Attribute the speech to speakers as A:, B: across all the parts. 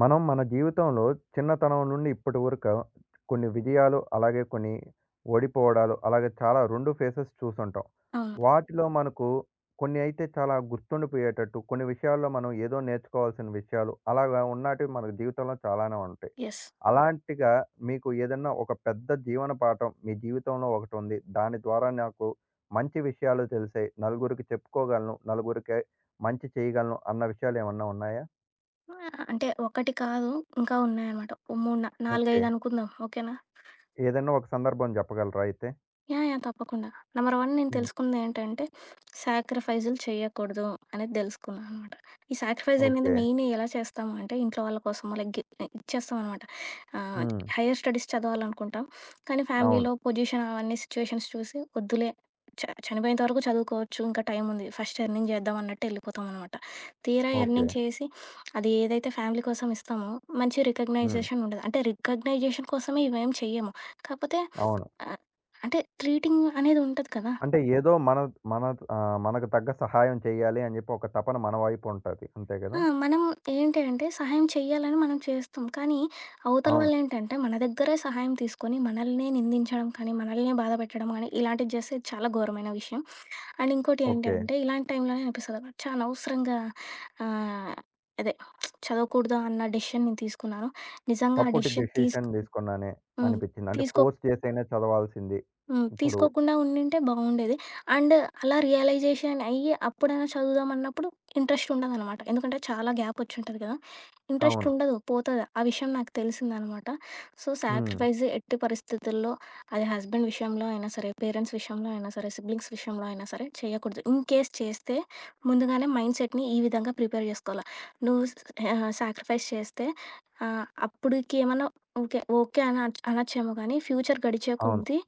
A: మనం మన జీవితంలో చిన్నతనం నుండి ఇప్పటి వరకు కొన్ని విజయాలు, అలాగే కొన్ని ఓడిపోవడాలు, అలాగే చాలా 2 ఫేసెస్ చూసుంటాం.
B: అవును.
A: వాటిలో మనకు కొన్ని అయితే చాలా గుర్తుండిపోయేటట్టు, కొన్ని విషయాల్లో మనం ఏదో నేర్చుకోవాల్సిన విషయాలు, అలాగా ఉన్నాటివి మన జీవితంలో చాలానే ఉంటాయి.
B: యెస్.
A: అలాంటిగా మీకు ఏదన్నా ఒక పెద్ద జీవన పాఠం మీ జీవితంలో ఒకటుంది. దాని ద్వారా నాకు మంచి విషయాలు తెలిసాయి, నలుగురికి చెప్పుకోగలను, నలుగురికి మంచి చేయగలను అన్న విషయాలు ఏమన్నా ఉన్నాయా?
B: అంటే ఒకటి కాదు ఇంకా ఉన్నాయన్నమాట. ఓ 3, 4,
A: ఓకే.
B: 5 అనుకుందాం. ఓకేనా?
A: ఏదైనా ఒక సందర్భం జెప్పగలరా అయితే?
B: యాహ్! యాహ్! తప్పకుండా. నంబర్ 1 నేను
A: హ్మ్.
B: తెలుసుకుందేంటంటే, సాక్రిఫైజులు చేయకూడదు అనేది దెలుసుకున్నా అనమాట. ఈ సాక్రిఫైజ్ అనేది
A: ఓకే.
B: మెయిన్ ఎలా చేస్తాము అంటే, ఇంట్లో వాళ్ళ కోసమో లైక్ గి ఇచ్చేస్తామనమాట. ఆహ్,
A: హ్మ్.
B: హైయర్ స్టడీస్ చదవాలనుకుంటాం, కానీ
A: అవును.
B: ఫ్యామిలీలో పొజిషన్ అవన్నీ సిచ్యుయేషన్స్ చూసి వద్దులే, చనిపోయేంత వరకు చదువుకోవచ్చు, ఇంకా టైముంది. ఫస్ట్ ఎర్నింగ్ జేద్దాం అన్నట్టు యెళ్ళిపోతామనమాట. తీరా
A: ఓకే.
B: ఎర్నింగ్ చేసి, అది ఏదైతే ఫ్యామిలీ కోసం ఇస్తామో మంచి
A: హ్మ్.
B: రికగ్నైజేషన్ ఉండదు. అంటే రికగ్నైజేషన్ కోసమే ఇవేం చెయ్యము. కాపోతే
A: అవును.
B: ఆహ్ అంటే ట్రీటింగ్ అనేది ఉంటది కదా!
A: అంటే ఏదో మన మన మనకు తగ్గ సహాయం చేయాలి అని జెప్పి ఒక తపన మన వైపు ఉంటది. అంతే
B: ఆ!
A: గదా!
B: మనం ఏంటి అంటే సహాయం చెయ్యాలని మనం చేస్తాం. కానీ అవతల
A: అవును.
B: వాళ్ళేంటంటే మన దగ్గరే సహాయం తీసుకొని మనల్నే నిందించడం కానీ, మనల్నే బాధ పెట్టడం కానీ ఇలాంటివి చేస్తే చాలా ఘోరమైన విషయం. అండ్ ఇంకోటి ఏంటి
A: ఓకే.
B: అంటే ఇలాంటి టైంలోనే అనిపిస్తదనమాట. ఛా! అనవసరంగా ఆహ్, అదే చదవకూడదు అన్న డెసిషన్ నేను తీసుకున్నాను. నిజంగా ఆ
A: తప్పుటి
B: డెసిషన్
A: డెసిషన్ తీసుకున్నానే
B: హ్మ్.
A: అనిపిచ్చింది. అంటే
B: తీసుకో
A: ఫోర్స్ చేసైనా చదవాల్సింది.
B: హ్మ్.
A: ఇప్పుడు
B: తీసుకోకుండా ఉండింటే బావుండేది. అండ్ అలా రియలైజేషన్ అయ్యి అప్పుడైనా చదువుదాం అన్నప్పుడు ఇంట్రెస్ట్ ఉండదనమాట. ఎందుకంటే చాలా గ్యాప్ వచ్చుంటది కదా! ఇంట్రెస్ట్
A: అవును.
B: ఉండదు, పోతది. ఆ విషయం నాకు తెలిసిందనమాట. సో,
A: హ్మ్.
B: సాక్రిఫైస్ ఎట్టి పరిస్థితుల్లో, అది హస్బెండ్ విషయంలో అయినా సరే, పేరెంట్స్ విషయంలో అయినా సరే, సిబ్లింగ్స్ విషయంలో అయినా సరే చేయకూడదు. ఇన్ కేస్ చేస్తే ముందుగానే మైండ్ సెట్‌ని ఈ విధంగా ప్రిపేర్ చేసుకోవాల. నువ్వు స్ సాక్రిఫైస్ చేస్తే అప్పుడుకి ఏమన్నా ఓకే. ఓకే. అని అనొచ్చేమో కానీ ఫ్యూచర్ గడిచే
A: అవును.
B: కొద్దీ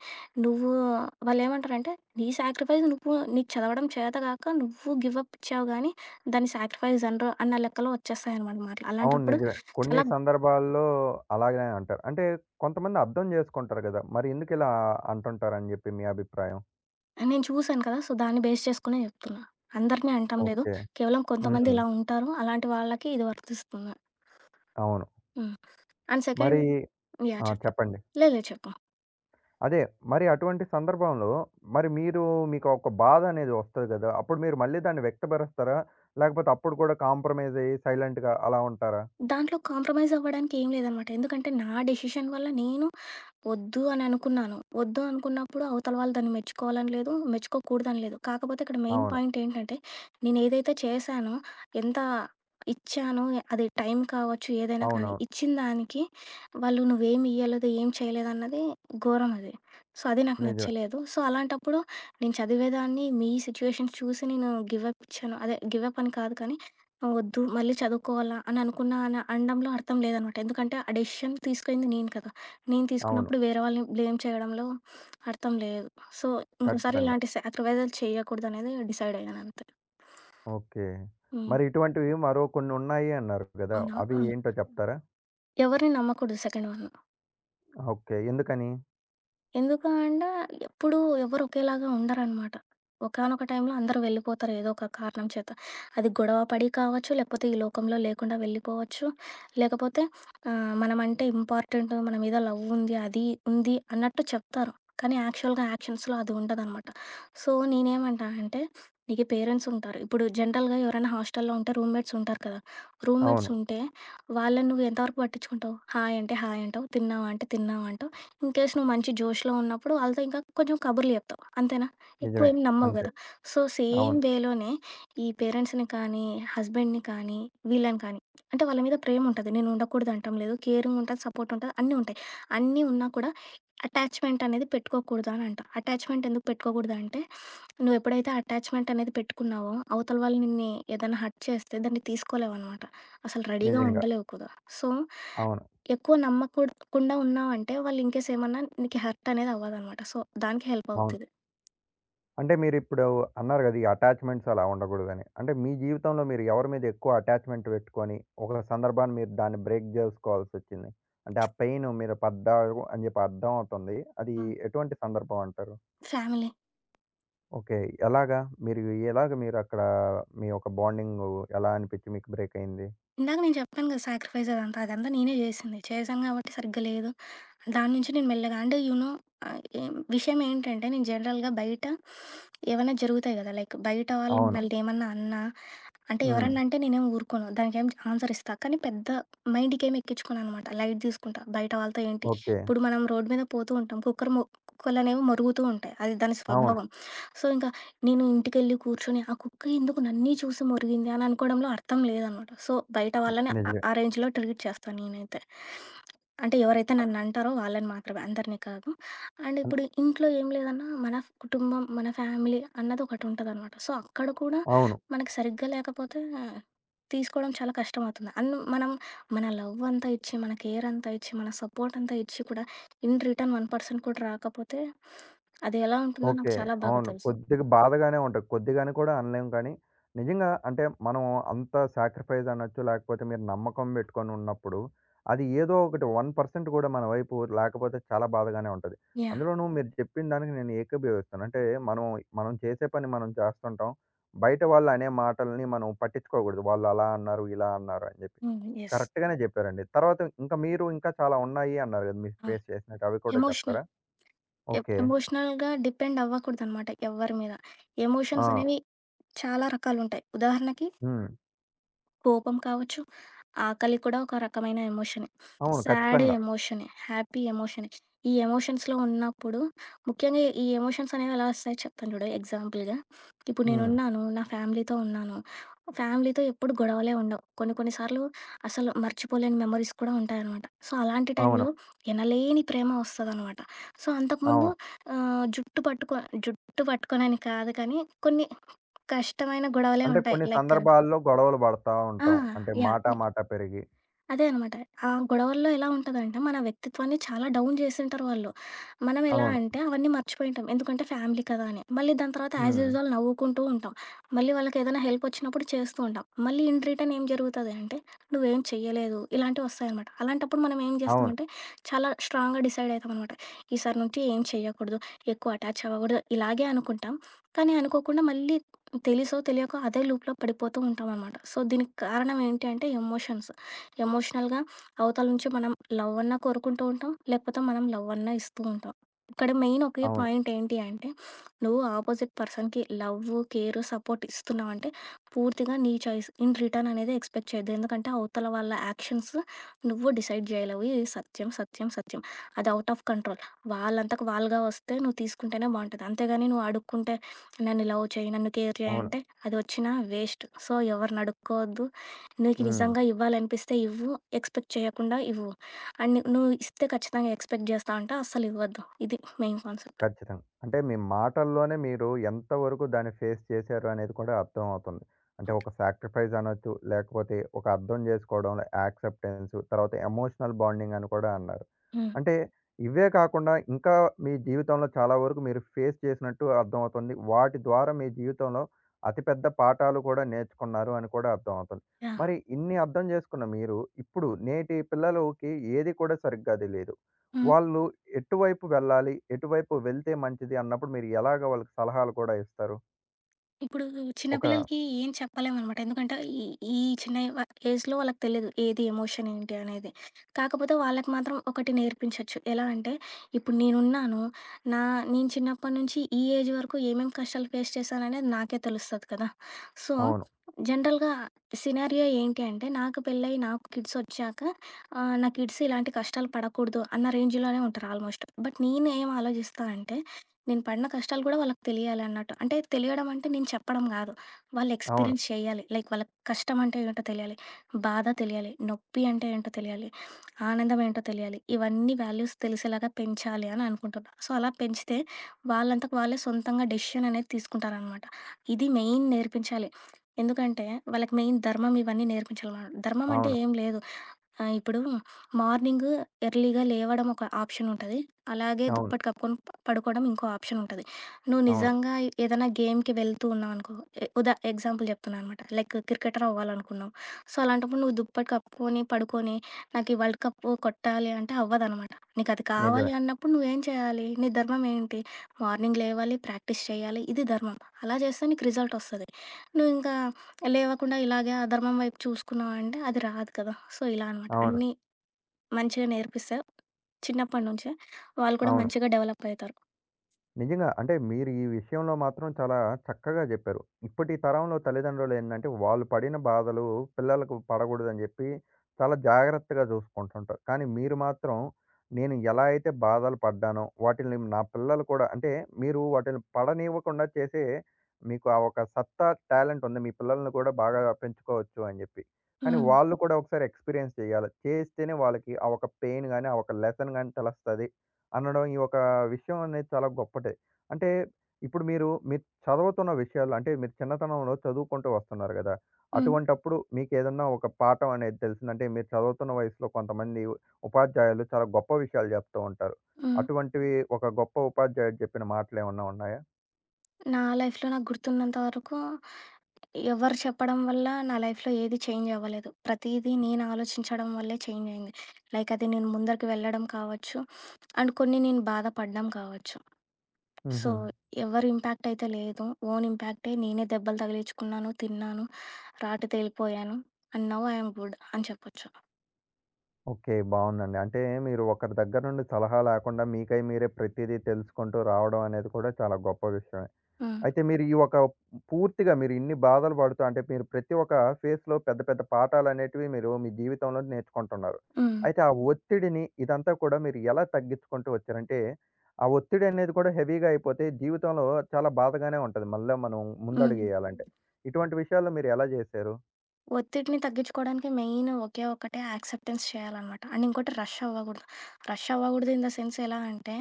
B: నువ్వు వాళ్ళేమంటారంటే, నీ సాక్రిఫైస్ నువ్వు నీకు చదవడం చేత గాక నువ్వు గివ్ అప్ ఇచ్చావు గానీ, దాన్ని సాక్రిఫైస్ అనరు అన్న లెక్కలో వచ్చేస్తాయనమాట మాటలు.
A: అవును.
B: అలాంటప్పుడు
A: నిజమే. కొన్ని
B: చాలా
A: సందర్భాల్లో అలాగనే అంటారు. అంటే కొంతమంది అర్థం జేసుకుంటారు గదా! మరి ఎందుకిలా అంటుంటారని జెప్పి మీ అభిప్రాయం?
B: నేను చూసాను కదా! సో, దాన్ని బేస్ చేసుకునే చెప్తున్నా. అందరిని అనటం లేదు.
A: ఓకే.
B: కేవలం కొంతమంది
A: హ్మ్.
B: ఇలా ఉంటారు. అలాంటి వాళ్ళకి ఇది వర్తిస్తుంది.
A: అవును.
B: హ్మ్. అండ్
A: మరి
B: సెకండ్, యాహ్!
A: ఆ!
B: చెప్పు.
A: చెప్పండి.
B: లేదు. లేదు. చెప్పు.
A: అదే మరి అటువంటి సందర్భంలో మరి మీరు మీకు ఒక బాధ అనేది వస్తది గదా! అప్పుడు మీరు మళ్ళీ దాన్ని వ్యక్తపరుస్తారా? లేకపోతే అప్పుడు కూడా కాంప్రమైజ్ అయ్యి సైలెంట్‌గా అలా ఉంటారా?
B: దాంట్లో కాంప్రమైజ్ అవ్వడానికి ఏం లేదనమాట. ఎందుకంటే, నా డెసిషన్ వల్ల నేను వద్దు అని అనుకున్నాను. వద్దు అనుకున్నప్పుడు అవతల వాళ్ళు దాన్ని మెచ్చుకోవాలని లేదు, మెచ్చుకోకూడదని లేదు. కాకపోతే ఇక్కడ మెయిన్
A: అవును.
B: పాయింట్ ఏంటంటే, నేనేదైతే చేశానో, ఎంత ఇచ్చానో, అది టైం కావచ్చు, ఏదైనా కానీ,
A: అవునవును.
B: ఇచ్చిన దానికి వాళ్ళు నువ్వేమి ఇయ్యలేదు, ఏం చేయలేదన్నది ఘోరం అది. సో, అది నాకు
A: నిజమే.
B: నచ్చలేదు. సో, అలాంటప్పుడు నేను చదివేదాన్ని, మీ సిట్యుయేషన్ చూసి నేను గివ్ అప్ ఇచ్చాను. అదే గివ్ అప్ అని కాదు కానీ, వద్దు మళ్ళీ చదువుకోవాలా అని అనుకున్నా అని అనడంలో అర్థం లేదనమాట. ఎందుకంటే, ఆ డెసిషన్ తీసుకుంది నేను కదా! నేను
A: అవును.
B: తీసుకున్నప్పుడు వేరే వాళ్ళని బ్లేమ్ చేయడంలో అర్థం లేదు. సో, ఇంకోసారి
A: ఖచ్చితంగా.
B: ఇలాంటి సాక్రిఫైజులు చేయకూడదనేది డిసైడ్ అయ్యానంతే.
A: ఓకే.
B: హ్మ్.
A: మరి ఇటువంటివి మరో కొన్ని ఉన్నాయి అన్నారు గదా!
B: అవునా?
A: అవి
B: అవును.
A: ఏంటో చెప్తారా?
B: ఎవరిని నమ్మకూడదు, సెకండ్ వన్.
A: ఓకే. ఎందుకని?
B: ఎందుకు అంటే, ఎప్పుడూ ఎవరు ఒకేలాగా ఉండరనమాట. ఒకానొక టైంలో అందరూ వెళ్ళిపోతారు ఏదో ఒక కారణం చేత. అది గొడవ పడి కావచ్చు, లేకపోతే ఈ లోకంలో లేకుండా వెళ్ళిపోవచ్చు, లేకపోతే మనమంటే ఇంపార్టెంట్, మన మీద లవ్ ఉంది, అది ఉంది అన్నట్టు చెప్తారు. కానీ యాక్చువల్‌గా యాక్షన్స్‌లో అది ఉండదనమాట. సో, నేనేమంటా అంటే, నీకు పేరెంట్స్ ఉంటారు. ఇప్పుడు జనరల్‌గా ఎవరైనా హాస్టల్‌లో ఉంటే రూమ్‌మేట్స్ ఉంటారు కదా! రూమ్‌మేట్స్
A: అవును.
B: ఉంటే వాళ్ళని నువ్వు ఎంతవరకు పట్టించుకుంటావు? హాయ్ అంటే హాయ్ అంటావు, తిన్నావా అంటే తిన్నావు అంటావు. ఇన్‌కేస్ నువ్వు మంచి జోష్‌లో ఉన్నప్పుడు వాళ్ళతో ఇంకా కొంచెం కబుర్లు చెప్తావు. అంతేనా?
A: నిజమే.
B: ఎక్కువేమి నమ్మవు
A: అంతే.
B: గదా! సో, సేమ్
A: అవును.
B: వేలోనే ఈ పేరెంట్స్‌ని కానీ, హస్బెండ్‌ని కానీ, వీళ్ళని కానీ, అంటే వాళ్ళ మీద ప్రేముంటది. నేను ఉండకూడదు అనటం లేదు. కేరింగుంటది, సపోర్టుంటది, అన్నీ ఉంటాయి. అన్నీ ఉన్నా కూడా అటాచ్‌మెంట్ అనేది పెట్టుకోకూడదు అని అంట. అటాచ్‌మెంట్ ఎందుకు పెట్టుకోకూడదు అంటే, నువ్వు ఎప్పుడైతే అటాచ్‌మెంట్ అనేది పెట్టుకున్నావో, అవతల వాళ్ళు నిన్ను ఏదైనా హర్ట్ చేస్తే దాన్ని తీసుకోలేవనమాట. అసలు రెడీగా
A: నిజంగా.
B: ఉండలేవు కూడా. సో,
A: అవును.
B: ఎక్కువ నమ్మకూడకుండా ఉన్నావంటే వాళ్ళు ఇన్‌కేస్ ఏమన్నా నీకు హర్ట్ అనేది అవ్వదనమాట. సో, దానికి హెల్ప్
A: అవును.
B: అవుద్దిది.
A: అంటే మీరిప్పుడు అన్నారు కదా! ఈ అటాచ్‌మెంట్స్ అలా ఉండకూడదని. అంటే మీ జీవితంలో మీరు ఎవరి మీద ఎక్కువ అటాచ్‌మెంట్ పెట్టుకొని, ఒక సందర్భాన్ని మీరు దాన్ని బ్రేక్ జేసుకోవాల్సొచ్చింది? అంటే ఆ పెయిన్ మీరు పడ్డారు అని చెప్పి అర్థం అవుతుంది. అది
B: హ్మ్.
A: ఎటువంటి సందర్భం అంటారు?
B: ఫ్యామిలీ.
A: ఓకే. ఎలాగా? మీరు ఎలాగ మీరక్కడ మీ యొక్క బాండింగు ఎలా అనిపిచ్చి మీకు బ్రేక్ అయింది?
B: ఇందాక నేను చెప్పాను కదా! సాక్రిఫైస్ అదంతా. అదంతా నేనే చేసింది. చేశాను కాబట్టి సరిగ్గా లేదు. దాని నుంచి నేను మెల్లగా, అంటే ఏం విషయం ఏంటంటే నేను జనరల్‌గా బయట ఏవైనా జరుగుతాయి కదా! లైక్ బయట వాళ్ళు
A: అవును.
B: మనల్నేమన్నా అన్నా అంటే,
A: హ్మ్.
B: ఎవరన్నా అంటే నేనేం ఊరుకోను. దానికేం ఆన్సర్ ఇస్తా. కానీ పెద్ద మైండ్‌కేం ఎక్కించుకోననమాట. లైట్ తీసుకుంటా. బయట వాళ్ళతో ఏంటి,
A: ఓకే.
B: ఇప్పుడు మనం రోడ్డు మీద పోతూ ఉంటాం. కుక్కర్ మొ కుక్కలనేవి మొరుగుతూ ఉంటాయి. అది దాని
A: అవును.
B: స్వభావం. సో, ఇంకా నేను ఇంటికెళ్ళి కూర్చొని, ఆ కుక్క ఎందుకు నన్నీ చూసి మొరిగింది అని అనుకోవడంలో అర్థం లేదనమాట. సో, బయట వాళ్ళని ఆ
A: నిజమే.
B: ఆ రేంజ్‌లో ట్రీట్ చేస్తాను నేనైతే. అంటే ఎవరైతే నన్నంటారో వాళ్ళని మాత్రమే. అందరిని కాదు. అండ్
A: అన్
B: ఇప్పుడు ఇంట్లో ఏం లేదన్నా మన కుటుంబం, మన ఫ్యామిలీ అన్నదొకటుంటదనమాట. సో, అక్కడ కూడా
A: అవును.
B: మనకి సరిగ్గా లేకపోతే తీసుకోవడం చాలా కష్టమవుతుంది. అండ్ మనం మన లవ్ అంతా ఇచ్చి, మన కేర్ అంతా ఇచ్చి, మన సపోర్ట్ అంతా ఇచ్చి కూడా ఇన్ రిటర్న్ 1% కూడా రాకపోతే అది ఎలా ఉంటుందో నాకు
A: ఓకే.
B: చాలా బాగా
A: అవును.
B: తెలుసు.
A: కొద్దిగా బాధగానే ఉంటది. కొద్దిగాని కూడా అనలేం కానీ, నిజంగా అంటే మనం అంత సాక్రిఫైస్ అనొచ్చు, లేకపోతే మీరు నమ్మకం పెట్టుకొని ఉన్నప్పుడు, అది ఏదో ఒకటి 1% కూడా మన వైపు లేకపోతే చాలా బాధగానే ఉంటది.
B: యాహ్!
A: అందులోనూ మీరు చెప్పిన దానికి నేను ఏకీభవిస్తాను. అంటే మనం, మనం చేసే పని మనం చేస్తుంటాం. బయట వాళ్ళు అనే మాటల్ని మనం పట్టించుకోకూడదు. వాళ్ళు అలా అన్నారు, ఇలా అన్నారు అని చెప్పి.
B: హ్మ్. యెస్.
A: కరెక్ట్‌గానే చెప్పారండి. తర్వాత ఇంకా మీరు చాలా ఉన్నాయి అన్నారు కదా! మీరు
B: అవును.
A: ఫేస్ చేసినట్టు అవి కూడా
B: ఎమోషనల్
A: చెప్తారా? ఓకే.
B: ఎమోషనల్‌గా డిపెండ్ అవ్వకూడదనమాట ఎవ్వరి మీద. ఎమోషన్స్
A: ఆ!
B: అనేవి చాలా రకాలుంటాయి. ఉదాహరణకి,
A: హ్మ్.
B: కోపం కావచ్చు, ఆకలి కూడా ఒక రకమైన ఎమోషనే.
A: అవును.
B: సాడ్
A: ఖచ్చితంగా.
B: ఎమోషనే, హ్యాపీ ఎమోషనే. ఈ ఎమోషన్స్‌లో ఉన్నప్పుడు, ముఖ్యంగా ఈ ఎమోషన్స్ అనేవి ఎలా వస్తాయో చెప్తాను, చూడు ఎగ్జాంపుల్‌గా. ఇప్పుడు
A: హ్మ్.
B: నేనున్నాను, నా ఫ్యామిలీతో ఉన్నాను. ఫ్యామిలీతో ఎప్పుడు గొడవలే ఉండవు. కొన్ని కొన్ని సార్లు అసలు మర్చిపోలేని మెమోరీస్ కూడా ఉంటాయనమాట. సో, అలాంటి
A: అవును.
B: టైంలో ఎనలేని ప్రేమ వస్తదనమాట. సో, అంతకుముందు
A: అవును.
B: ఆహ్, జుట్టు పట్టుకో జుట్టు పట్టుకోనని కాదు కానీ, కొన్ని కష్టమైన గొడవలే
A: అంటే
B: ఉంటాయి.
A: కొన్ని
B: లైక్
A: సందర్భాల్లో గొడవలు పడతా
B: ఆ!
A: ఉంటాం. అంటే
B: యాహ్!
A: మాట మాట పెరిగి.
B: అదే అనమాట. ఆ గొడవల్లో ఎలా ఉంటదంటే, మన వ్యక్తిత్వాన్ని చాలా డౌన్ జేసింటారు వాళ్ళు. మనం ఎలా
A: అవును.
B: అంటే, అవన్నీ మర్చిపోయుంటాం. ఎందుకంటే ఫ్యామిలీ కదా అని. మళ్ళీ దాని తర్వాత యాజ్
A: హ్మ్.
B: యూజువల్ నవ్వుకుంటూ ఉంటాం. మళ్ళీ వాళ్ళకేదైనా హెల్పొచ్చినప్పుడు చేస్తూ ఉంటాం. మళ్ళీ ఇన్ రిటర్న్ ఏం జరుగుతది అంటే, "నువ్వేం చెయ్యలేదు" ఇలాంటివొస్తాయనమాట. అలాంటప్పుడు మనం ఏం
A: అవును.
B: జేస్తామంటే, చాలా స్ట్రాంగ్‌గా డిసైడ్ అయితామనమాట. ఈసారి నుంచి ఏం చెయ్యకూడదు, ఎక్కువ అటాచ్ అవ్వకూడదు, ఇలాగే అనుకుంటాం. కానీ అనుకోకుండా మళ్ళీ తెలిసో తెలియకో అదే లూప్‌లో పడిపోతూ ఉంటామనమాట. సో, దీనికి కారణం ఏంటి అంటే ఎమోషన్స్. ఎమోషనల్‌గా అవతల నుంచి మనం లవ్ అన్నా కోరుకుంటూ ఉంటాం. లేకపోతే మనం లవ్ అన్నా ఇస్తూ ఉంటాం. ఇక్కడ మెయిన్ ఒకే
A: అవును.
B: పాయింట్ ఏంటి అంటే, నువ్వు ఆపోజిట్ పర్సన్‌కి లవ్వు, కేరు, సపోర్ట్ ఇస్తున్నావంటే పూర్తిగా నీ చాయిస్. ఇన్ రిటర్న్ అనేది ఎక్స్‌పెక్ట్ చేయొద్దు. ఎందుకంటే అవతల వాళ్ళ యాక్షన్స్ నువ్వు డిసైడ్ చేయలేవు. ఇది సత్యం, సత్యం, సత్యం. అది ఔట్ ఆఫ్ కంట్రోల్. వాళ్ళంతకు వాళ్ళుగా వస్తే నువ్వు తీసుకుంటేనే బావుంటది. అంతేగాని నువ్వు అడుక్కుంటే, నన్ను లవ్ చేయి, నన్ను కేర్ చేయి
A: అవును.
B: అంటే అది వచ్చినా వేస్ట్. సో, ఎవరిని అడుక్కోవద్దు. నీకు
A: హ్మ్.
B: నిజంగా ఇవ్వాలనిపిస్తే ఇవ్వు. ఎక్స్‌పెక్ట్ చేయకుండా ఇవ్వు. అండ్ నువ్వు ఇస్తే ఖచ్చితంగా ఎక్స్‌పెక్ట్ జేస్తా అంటే అస్సలివ్వద్దు. ఇది మెయిన్ కాన్సెప్ట్.
A: ఖచ్చితంగా. అంటే మీ మాటల్లోనే మీరు ఎంతవరకు దాన్ని ఫేస్ చేశారు అనేది కూడా అర్థమవుతుంది. అంటే ఒక సాక్రిఫైస్ అనొచ్చు, లేకపోతే ఒక అర్థం చేసుకోవడంలో యాక్సెప్టెన్స్, తర్వాత ఎమోషనల్ బాండింగ్ అని కూడా అన్నారు.
B: హ్మ్.
A: అంటే ఇవే కాకుండా ఇంకా మీ జీవితంలో చాలా వరకు మీరు ఫేస్ చేసినట్టు అర్థమవుతుంది. వాటి ద్వారా మీ జీవితంలో అతిపెద్ద పాఠాలు కూడా నేర్చుకున్నారు అని కూడా అర్థమవుతుంది.
B: యాహ్!
A: మరి ఇన్ని అర్థం చేసుకున్న మీరు ఇప్పుడు నేటి పిల్లలకి ఏది కూడా సరిగ్గా తెలీదు. వాళ్ళు ఎటువైపు వెళ్ళాలి? ఎటువైపు వెళ్తే మంచిది అన్నప్పుడు మీరు ఎలాగ వాళ్ళకి సలహాలు కూడా ఇస్తారు?
B: ఇప్పుడు చిన్న
A: ఒక
B: పిల్లలకి ఏం చెప్పలేమనమాట. ఎందుకంటే ఈ ఈ చిన్న ఏజ్‌లో వాళ్ళకి తెలీదు, ఏది ఎమోషన్ ఏంటి అనేది. కాకపోతే వాళ్ళకి మాత్రం ఒకటి నేర్పించొచ్చు. ఎలా అంటే, ఇప్పుడు నేనున్నాను. నా నేను చిన్నప్పటి నుంచి ఈ ఏజ్ వరకు ఏమేం కష్టాలు ఫేస్ చేశాననేది నాకే తెలుస్తది కదా! సో,
A: అవును.
B: జనరల్‌గా సినారియో ఏంటి అంటే నాకు పెళ్ళై నాకు కిడ్స్ ఒచ్చాక నా కిడ్స్ ఇలాంటి కష్టాలు పడకూడదు అన్న రేంజ్‌లోనే ఉంటారు ఆల్మోస్ట్. బట్ నేనేం ఆలోచిస్తా అంటే నేను పడిన కష్టాలు గూడా వాళ్ళకి తెలియాలన్నట్టు. అంటే తెలియడం అంటే నేను చెప్పడం గాదు. వాళ్ళు
A: అవును.
B: ఎక్స్‌పీరియన్స్ చేయాలి. లైక్ వాళ్ళకి కష్టం అంటే ఏంటో తెలియాలి. బాధ తెలియాలి. నొప్పి అంటే ఏంటో తెలియాలి. ఆనందం ఏంటో తెలియాలి. ఇవన్నీ వాల్యూస్ తెలిసేలాగా పెంచాలి అని అనుకుంటున్నా. సో, అలా పెంచితే వాళ్ళంతకు వాళ్ళే సొంతంగా డెసిషన్ అనేది తీసుకుంటారనమాట. ఇది మెయిన్ నేర్పించాలి. ఎందుకంటే వాళ్ళకి మెయిన్ ధర్మం ఇవన్నీ నేర్పించాలనమాట. ధర్మం
A: అవును.
B: అంటే
A: అవును.
B: ఏం లేదు. ఇప్పుడు మార్నింగు ఎర్లీగా లేవడం ఒక ఆప్షన్ ఉంటది. అలాగే
A: అవును.
B: దుప్పటి కప్పుకొని పడుకోవడం ఇంకో ఆప్షన్ ఉంటుంది. నువ్వు
A: అవును.
B: నిజంగా ఏదైనా గేమ్‌కి వెళ్తూ ఉన్నావనుకో, ఎ ఉదా ఎగ్జాంపుల్ చెప్తున్నా అనమాట. Like cricketer అవ్వాలనుకున్నావు. సో, అలాంటప్పుడు నువ్వు దుప్పటి కప్పుకొని పడుకొని, నాకు ఈ వరల్డ్ కప్ కొట్టాలి అంటే అవ్వదనమాట. నీకు అది కావాలి
A: నిజమే.
B: అన్నప్పుడు నువ్వేం చేయాలి? నీ ధర్మం ఏంటి? మార్నింగ్ లేవాలి, ప్రాక్టీస్ చేయాలి. ఇది ధర్మం. అలా చేస్తే నీకు రిజల్ట్ వస్తది. నువ్వు ఇంకా లేవకుండా ఇలాగే అధర్మం వైపు చూసుకున్నావంటే అది రాదు కదా! సో, ఇలా అనమాట.
A: అవును.
B: అన్నీ మంచిగా నేర్పిస్తే చిన్నప్పటి నుంచే వాళ్ళు కూడా
A: అవును.
B: మంచిగా డెవలప్ అయితారు.
A: నిజంగా. అంటే మీరు ఈ విషయంలో మాత్రం చాలా చక్కగా జెప్పారు. ఇప్పటి తరంలో తల్లిదండ్రులు ఏందంటే, వాళ్ళు పడిన బాధలు పిల్లలకు పడగూడదని జెప్పి, చాలా జాగ్రత్తగా జూసుకుంటుంటారు. కానీ మీరు మాత్రం, నేను ఎలా అయితే బాధలు పడ్డానో, వాటిల్ని నా పిల్లలు కూడా అంటే మీరు వాటిని పడనివ్వకుండా చేసే, మీకు ఆ ఒక సత్తా, టాలెంట్ ఉంది. మీ పిల్లల్ని కూడా బాగా పెంచుకోవచ్చు అని జెప్పి. కానీ
B: హ్మ్.
A: వాళ్ళు కూడా ఒకసారి ఎక్స్‌పీరియన్స్ చేయాలి. చేస్తేనే వాళ్ళకి ఆ ఒక పెయిన్ గాని, ఆ ఒక లెసన్ గాని తెలుస్తది. అనడం ఈ ఒక విషయం అనేది చాలా గొప్పటే. అంటే ఇప్పుడు మీరు చదువుతున్న విషయాలు అంటే మీరు చిన్నతనంలో చదువుకుంటూ వస్తున్నారు గదా!
B: హ్మ్.
A: అటువంటప్పుడు మీకేదన్నా ఒక పాఠం అనేది తెలిసిందంటే మీరు చదువుతున్న వయసులో కొంతమంది ఉపాధ్యాయులు చాలా గొప్ప విషయాలు చెప్తూ ఉంటారు.
B: హ్మ్.
A: అటువంటివి ఒక గొప్ప ఉపాధ్యాయుడు చెప్పిన మాటలేమన్నా ఉన్నాయా?
B: నా లైఫ్‌లో నాకు గుర్తున్నంత వరకు ఎవరు చెప్పడం వల్ల నా లైఫ్‌లో ఏది చేంజ్ అవ్వలేదు. ప్రతీదీ నేను ఆలోచించడం వల్లే చేంజ్ అయింది. లైక్ అది నేను ముందరికి వెళ్ళడం కావచ్చు, అండ్ కొన్ని నేను బాధపడ్డం కావచ్చు. సో,
A: హుహు.
B: ఎవరి ఇంపాక్ట్ అయితే లేదు. ఓన్ ఇంపాక్టే. నేనే దెబ్బలు తగిలించుకున్నాను, తిన్నాను, రాటు తేలిపోయాను, and now I am good అని చెప్పొచ్చు.
A: ఓకే. బావుందండి. అంటే మీరు ఒకరి దగ్గర నుండి సలహా లేకుండా మీకై మీరే ప్రతిదీ తెలుసుకుంటూ రావడం అనేది కూడా చాలా గొప్ప విషయమే.
B: హ్మ్.
A: అయితే మీరు ఈ ఒక పూర్తిగా మీరు ఇన్ని బాధలు పడుతూ అంటే మీరు ప్రతి ఒక్క ఫేస్‌లో పెద్ద పెద్ద పాఠాలనేటివి మీరు మీ జీవితంలో నేర్చుకుంటున్నారు.
B: హ్మ్.
A: అయితే ఆ ఒత్తిడిని ఇదంతా కూడా మీరు ఎలా తగ్గించుకుంటూ వచ్చారంటే, ఆ ఒత్తిడి అనేది కూడా హెవీగా అయిపోతే జీవితంలో చాలా బాధగానే ఉంటది. మళ్ళా మనం
B: హ్మ్.
A: ముందడుగేయాలంటే. ఇటువంటి విషయాల్లో మీరు ఎలా జేశారు?
B: ఒత్తిడిని తగ్గించుకోవడానికి మెయిన్ ఒకే ఒకటే, యాక్సెప్టెన్స్ చేయాలన్నమాట. అండ్ ఇంకోటి, రష్ అవ్వకూడదు. రష్ అవ్వకూడదు ఇన్ ద సెన్స్ ఎలా అంటే,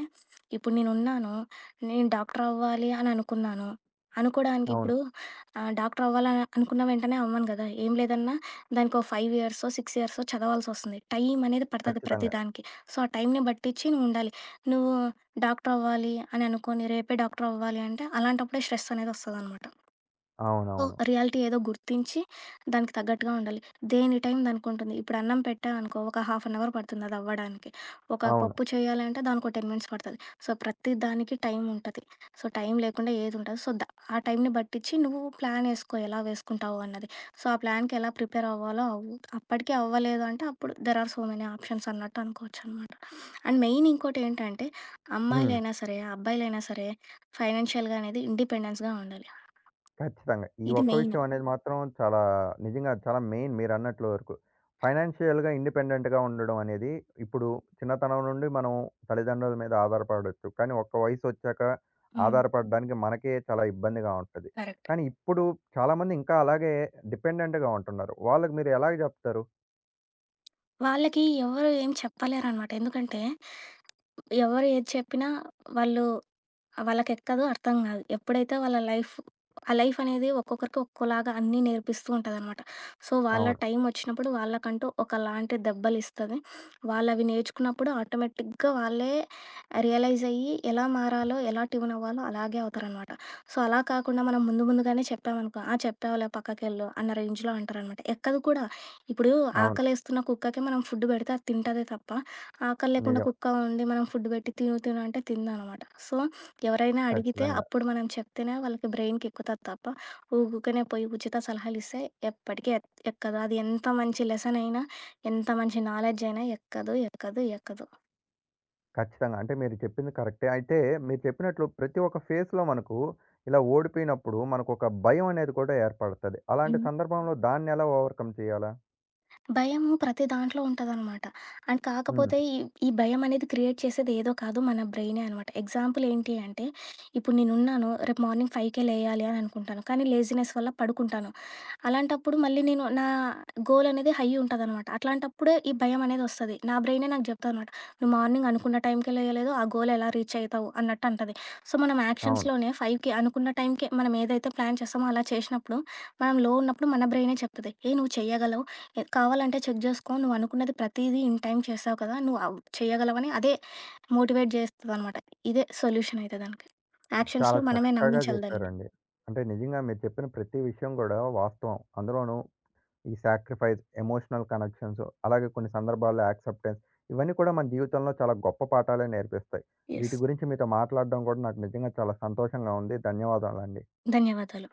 B: ఇప్పుడు నేనున్నాను, నేను డాక్టర్ అవ్వాలి అని అనుకున్నాను. అనుకోడానికి
A: అవును.
B: ఇప్పుడు డాక్టర్ అవ్వాలని అనుకున్న వెంటనే అవ్వను కదా! ఏం లేదన్నా దానికో 5 ఇయర్సో, 6 ఇయర్సో చదవాల్సొస్తుంది. టైం అనేది పడతది ప్రతి
A: ఖచ్చితంగా.
B: దానికి. సో, ఆ టైంని బట్టిచ్చి నువ్వుండాలి. నువ్వు డాక్టర్ అవ్వాలి అని అనుకోని, రేపే డాక్టర్ అవ్వాలి అంటే అలాంటప్పుడే స్ట్రెస్ అనేదొస్తదనమాట. సో,
A: అవునవును.
B: రియాలిటీ ఏదో గుర్తించి దానికి తగ్గట్టుగా ఉండాలి. దేని టైం దానికుంటుంది. ఇప్పుడు అన్నం పెట్టావనుకో ఒక హాఫ్ అన్ అవర్ పడుతుంది అదవ్వడానికి. ఒక
A: అవును.
B: పప్పు చేయాలంటే దానికో 10 మినిట్స్ పడతది. సో, ప్రతి దానికి టైం ఉంటది. సో, టైం లేకుండా ఏదుండదు. సో, ద ఆ టైంని బట్టిచ్చి నువ్వు ప్లాన్ ఏసుకో, ఎలా వేసుకుంటావు అన్నది. సో, ఆ ప్లాన్‌కి ఎలా ప్రిపేర్ అవ్వాలో అవ్వు. అప్పటికి అవ్వలేదు అంటే అప్పుడు there are so many options అన్నట్టు అనుకోవచ్చనమాట. అండ్ మెయిన్ ఇంకోటేంటంటే,
A: హ్మ్.
B: అమ్మాయిలైనా సరే, అబ్బాయిలైనా సరే ఫైనాన్షియల్‌గా అనేది ఇండిపెండెన్స్‌గా ఉండాలి.
A: ఖచ్చితంగా. ఈ
B: ఇది
A: ఒక్క
B: మెయిన్.
A: విషయం అనేది మాత్రం చాలా నిజంగా చాలా మెయిన్ మీరన్నట్లు వరకు. ఫైనాన్షియల్‌గా ఇండిపెండెంట్‌గా ఉండడం అనేది ఇప్పుడు చిన్నతనం నుండి మనం తల్లిదండ్రుల మీద ఆధారపడొచ్చు. కానీ ఒక్క వయసొచ్చాక
B: హ్మ్.
A: ఆధారపడడానికి మనకే చాలా ఇబ్బందిగా ఉంటది.
B: కరెక్ట్.
A: కానీ ఇప్పుడు చాలామంది ఇంకా అలాగే డిపెండెంట్‌గా ఉంటున్నారు. వాళ్ళకి మీరు ఎలాగ జెప్తారు?
B: వాళ్ళకి ఎవరు ఏం చెప్పలేరనమాట. ఎందుకంటే, ఎవరు ఏది చెప్పినా వాళ్ళు వాళ్ళకెక్కదు, అర్థం గాదు. ఎప్పుడైతే వాళ్ళ లైఫ్, ఆ లైఫ్ అనేది ఒక్కొక్కరికి ఒక్కోలాగా అన్నీ నేర్పిస్తూ ఉంటదనమాట. సో, వాళ్ళ
A: అవును.
B: టైమొచ్చినప్పుడు వాళ్ళకంటూ ఒకలాంటి దెబ్బలిస్తది. వాళ్ళవి నేర్చుకున్నప్పుడు ఆటోమేటిక్‌గా వాళ్ళే రియలైజ్ అయ్యి ఎలా మారాలో, ఎలా ట్యూన్ అవ్వాలో అలాగే అవుతారనమాట. సో, అలా కాకుండా మనం ముందు ముందుగానే చెప్పామనుకో, "ఆ! చెప్పావులే పక్కకెళ్ళు" అన్న రేంజ్‌లో అంటారనమాట. ఎక్కదు కూడా. ఇప్పుడు
A: అవును.
B: ఆకలేస్తున్న కుక్కకి మనం ఫుడ్ పెడితే అది తింటదే తప్ప, ఆకలి లేకుండా
A: నిజం.
B: కుక్క ఉండి మనం ఫుడ్ పెట్టి తిను తిను అంటే తినదనమాట. సో, ఎవరైనా అడిగితే
A: ఖచ్చితంగా.
B: అప్పుడు మనం చెప్తేనే వాళ్ళకి బ్రెయిన్‌కి ఎక్కుతది తప్ప, ఊకూకనే పోయి ఉచిత సలహాలిస్తే ఎప్పటికి ఎక్కదు. అది ఎంత మంచి లెసనయినా, ఎంత మంచి నాలెడ్జయినా ఎక్కదు, ఎక్కదు, ఎక్కదు.
A: ఖచ్చితంగా. అంటే మీరు చెప్పింది కరెక్టే. అయితే మీరు చెప్పినట్లు ప్రతి ఒక్క ఫేస్‌లో మనకు ఇలా ఓడిపోయినప్పుడు మనకొక భయం అనేది కూడా ఏర్పడతది. అలాంటి
B: హ్మ్.
A: సందర్భంలో దాన్నెలా ఓవర్‌కమ్ చేయాలా?
B: భయము ప్రతి దాంట్లో ఉంటదనమాట. అండ్
A: హ్మ్.
B: కాకపోతే ఈ ఈ భయమనేది క్రియేట్ చేసేది ఏదో కాదు, మన బ్రెయినే అనమాట. ఎగ్జాంపుల్ ఏంటి అంటే, ఇప్పుడు నేనున్నాను, రేపు మార్నింగ్ 5కే లేయాలి అని అనుకుంటాను, కానీ లేజినెస్ వల్ల పడుకుంటాను. అలాంటప్పుడు మళ్ళీ నేను నా గోల్ అనేది హై ఉంటదనమాట. అట్లాంటప్పుడే ఈ భయం అనేది వస్తది. నా బ్రెయినే నాకు చెప్తదనమాట. "నువ్వు మార్నింగ్ అనుకున్న టైంకే లేయలేదు. ఆ గోల్ ఎలా రీచ్ అయితావు" అన్నట్టు అంటది. సో, మనం
A: అవును.
B: యాక్షన్స్‌లోనే 5కి అనుకున్న టైంకే మనం ఏదైతే ప్లాన్ చేస్తామో అలా చేసినప్పుడు, మనం లో ఉన్నప్పుడు మన బ్రెయినే చెప్తది. "ఏయ్! నువ్వు చెయ్యగలవు. కావాలంటే చెక్ జేసుకో. నువ్వు అనుకున్నది ప్రతీదీ ఇన్ టైమ్ చేసావు కదా! నువ్వు చెయ్యగలవని" అదే మోటివేట్ జేస్తదనమాట. ఇదే సొల్యూషన్ అయితే దానికి.
A: చాలా
B: యాక్షన్స్‌లో మనమే
A: చక్కగా
B: నమ్మించాలి దాన్ని.
A: చెప్పారండి. అంటే నిజంగా మీరు చెప్పిన ప్రతి విషయం గూడా వాస్తవం. అందులోనూ ఈ సాక్రిఫైస్, ఎమోషనల్ కనెక్షన్స్ అలాగే కొన్ని సందర్భాల్లో యాక్సెప్టెన్స్ ఇవన్నీ కూడా మన జీవితంలో చాలా గొప్ప పాఠాలే నేర్పిస్తాయి.
B: యెస్.
A: వీటి గురించి మీతో మాట్లాడడం కూడా నాకు నిజంగా చాలా సంతోషంగా ఉంది. ధన్యవాదాలండి.
B: ధన్యవాదాలు.